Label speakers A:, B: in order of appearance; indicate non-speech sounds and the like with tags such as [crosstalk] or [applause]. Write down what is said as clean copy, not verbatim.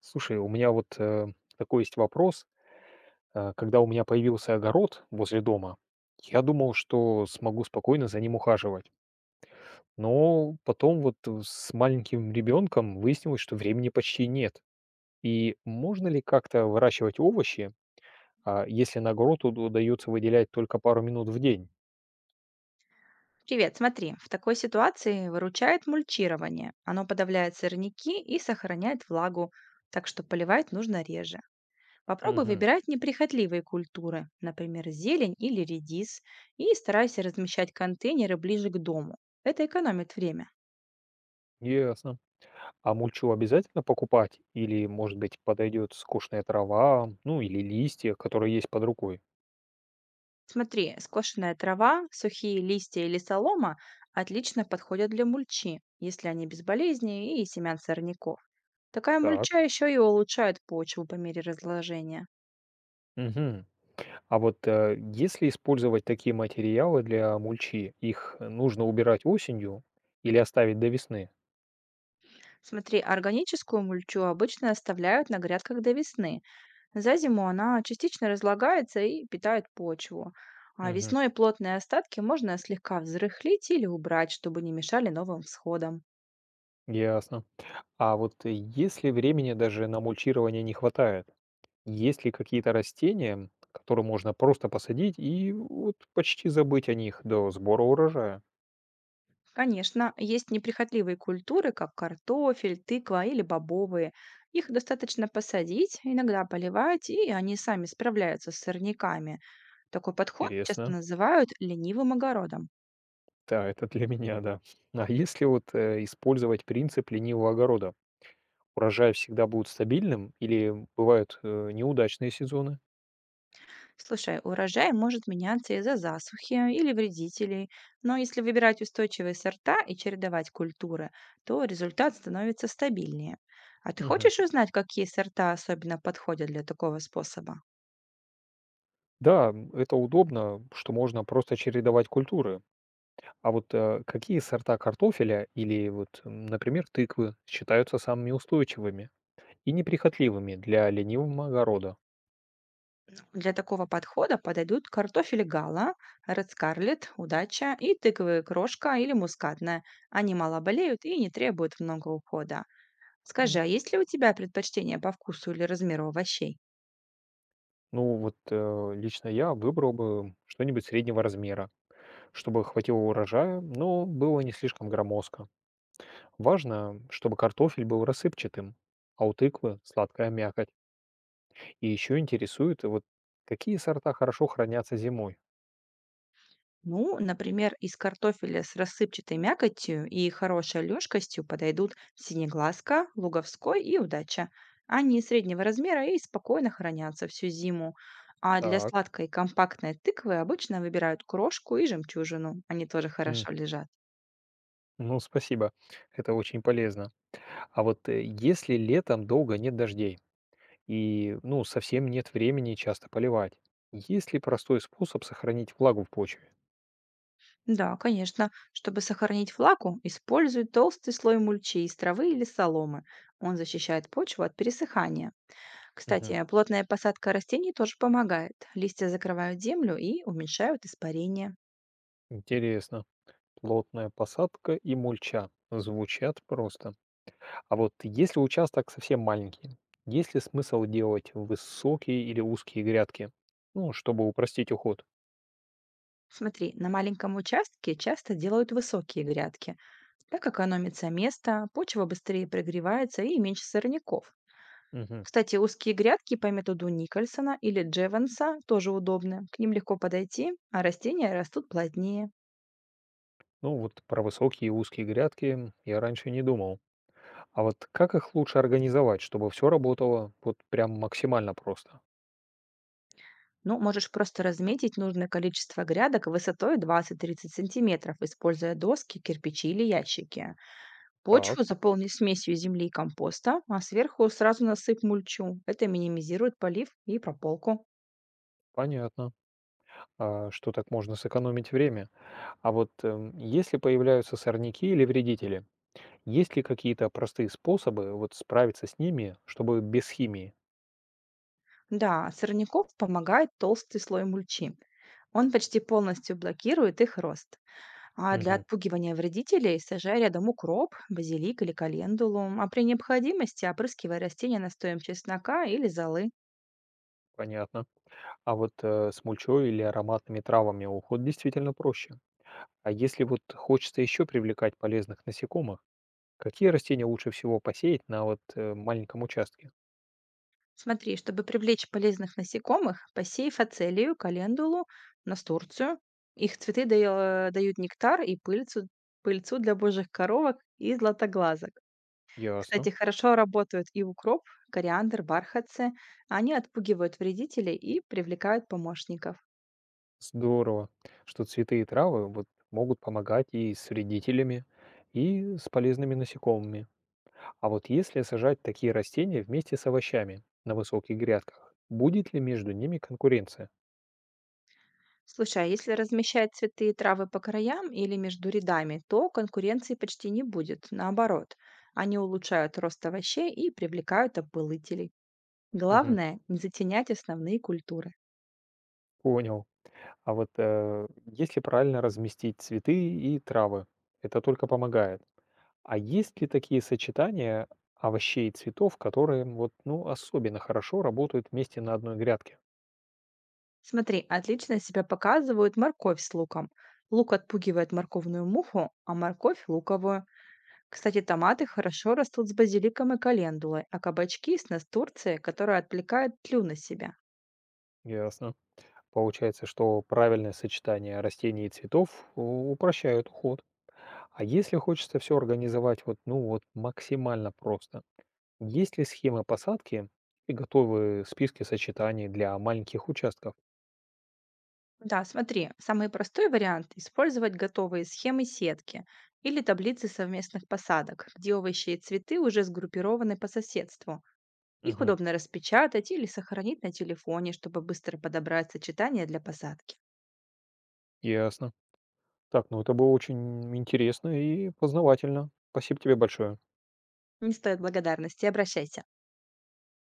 A: Слушай, у меня вот такой есть вопрос. Когда у меня появился огород возле дома, я думал, что смогу спокойно за ним ухаживать. Но потом вот с маленьким ребенком выяснилось, что времени почти нет. И можно ли как-то выращивать овощи, а, если на огород удается выделять только пару минут в день?
B: Привет, смотри, в такой ситуации выручает мульчирование. Оно подавляет сорняки и сохраняет влагу, так что поливать нужно реже. Попробуй
A: Мгм.
B: выбирать неприхотливые культуры, например, зелень или редис, и старайся размещать контейнеры ближе к дому. Это экономит время.
A: Ясно. А мульчу обязательно покупать? Или, может быть, подойдет скучная трава, ну или листья, которые есть под рукой?
B: Смотри, скошенная трава, сухие листья или солома отлично подходят для мульчи, если они без болезней и семян сорняков. Такая
A: Так.
B: мульча еще и улучшает почву по мере разложения.
A: Мгм. А вот если использовать такие материалы для мульчи, их нужно убирать осенью или оставить до весны?
B: Смотри, органическую мульчу обычно оставляют на грядках до весны. За зиму она частично разлагается и питает почву. А
A: Мгм.
B: весной плотные остатки можно слегка взрыхлить или убрать, чтобы не мешали новым всходам.
A: Ясно. А вот если времени даже на мульчирование не хватает, есть ли какие-то растения, которые можно просто посадить и вот почти забыть о них до сбора урожая?
B: Конечно, есть неприхотливые культуры, как картофель, тыква или бобовые. Их достаточно посадить, иногда поливать, и они сами справляются с сорняками. Такой подход часто
A: Интересно.
B: называют ленивым огородом.
A: Да, это для меня, да. [laughs] А если вот использовать принцип ленивого огорода, урожай всегда будет стабильным или бывают неудачные сезоны?
B: Слушай, урожай может меняться из-за засухи или вредителей, но если выбирать устойчивые сорта и чередовать культуры, то результат становится стабильнее. А ты
A: Мгм.
B: хочешь узнать, какие сорта особенно подходят для такого способа?
A: Да, м, это удобно, что можно просто чередовать культуры. А вот какие сорта картофеля или вот, м, например, тыквы считаются самыми устойчивыми и неприхотливыми для ленивого огорода?
B: Для такого подхода подойдут картофель гала, ред скарлетт, удача и тыковая крошка или мускатная. Они мало болеют и не требуют много ухода. Скажи, а
A: М,
B: есть ли у тебя предпочтение по вкусу или размеру овощей?
A: ну вот лично я выбрал бы что-нибудь среднего размера, чтобы хватило урожая, но было не слишком громоздко. Важно, чтобы картофель был рассыпчатым, а у тыквы сладкая мякоть. И еще интересует, вот какие сорта хорошо хранятся зимой.
B: Ну, например, из картофеля с рассыпчатой мякотью и хорошей лёжкостью подойдут синеглазка, луговской и удача. Они среднего размера и спокойно хранятся всю зиму. А для
A: Так.
B: сладкой компактной тыквы обычно выбирают крошку и жемчужину. Они тоже хорошо лежат.
A: Ну, спасибо, это очень полезно. А вот если летом долго нет дождей и, ну, совсем нет времени часто поливать, есть ли простой способ сохранить влагу в почве?
B: Да, конечно. Чтобы сохранить флаку, используют толстый слой мульчи из травы или соломы. Он защищает почву от пересыхания.
A: Мгм.
B: Кстати, плотная посадка растений тоже помогает. Листья закрывают землю и уменьшают испарение.
A: Интересно. Плотная посадка и мульча. Звучат просто. А вот если участок совсем маленький, есть ли смысл делать высокие или узкие грядки? Ну, чтобы упростить уход.
B: Смотри, на маленьком участке часто делают высокие грядки. Так экономится место, почва быстрее прогревается и меньше сорняков.
A: Мгм.
B: Кстати, узкие грядки по методу Никольсона или Джеванса тоже удобны. К ним легко подойти, а растения растут плотнее.
A: Ну, вот про высокие и узкие грядки я раньше не думал. А вот как их лучше организовать, чтобы все работало вот прям максимально просто?
B: Ну, можешь просто разметить нужное количество грядок высотой 20-30 сантиметров, используя доски, кирпичи или ящики.
A: Так,
B: Почву заполни смесью земли и компоста, а сверху сразу насыпь мульчу. Это минимизирует полив и прополку.
A: понятно, а, что так можно сэкономить время. А вот если появляются сорняки или вредители, есть ли какие-то простые способы вот справиться с ними, чтобы без химии?
B: Да, от сорняков помогает толстый слой мульчи. Он почти полностью блокирует их рост. А для
A: Мгм,
B: отпугивания вредителей сажай рядом укроп, базилик или календулу, а при необходимости опрыскивай растения настоем чеснока или золы.
A: понятно. А вот с мульчой или ароматными травами уход действительно проще. А если вот хочется еще привлекать полезных насекомых, какие растения лучше всего посеять на вот маленьком участке?
B: Смотри, чтобы привлечь полезных насекомых, посей фацелию, календулу, настурцию. Их цветы дают нектар и пыльцу, пыльцу для божьих коровок и златоглазок.
A: Ясно.
B: Кстати, хорошо работают и укроп, кориандр, бархатцы. Они отпугивают вредителей и привлекают помощников.
A: Здорово, что цветы и травы вот могут помогать и с вредителями, и с полезными насекомыми. А вот если сажать такие растения вместе с овощами на высоких грядках, будет ли между ними конкуренция?
B: Слушай, а если размещать цветы и травы по краям или между рядами, то конкуренции почти не будет. Наоборот, они улучшают рост овощей и привлекают опылытелей.
A: Мгм.
B: Главное, не затенять основные культуры.
A: Понял. А вот если правильно разместить цветы и травы, это только помогает. А есть ли такие сочетания овощей и цветов, которые вот, ну, особенно хорошо работают вместе на одной грядке?
B: Смотри, отлично себя показывают морковь с луком. Лук отпугивает морковную муху, а морковь– луковую. Кстати, томаты хорошо растут с базиликом и календулой, а кабачки– с настурцией, которая отвлекает тлю на себя.
A: Ясно. Получается, что правильное сочетание растений и цветов упрощает уход. А если хочется все организовать вот, ну вот, максимально просто, есть ли схемы посадки и готовые списки сочетаний для маленьких участков?
B: Да, смотри, самый простой вариант– использовать готовые схемы сетки или таблицы совместных посадок, где овощи и цветы уже сгруппированы по соседству. Их
A: Мгм.
B: удобно распечатать или сохранить на телефоне, чтобы быстро подобрать сочетание для посадки.
A: Ясно. Так, ну это было очень интересно и познавательно. Спасибо тебе большое.
B: Не стоит благодарности, обращайся.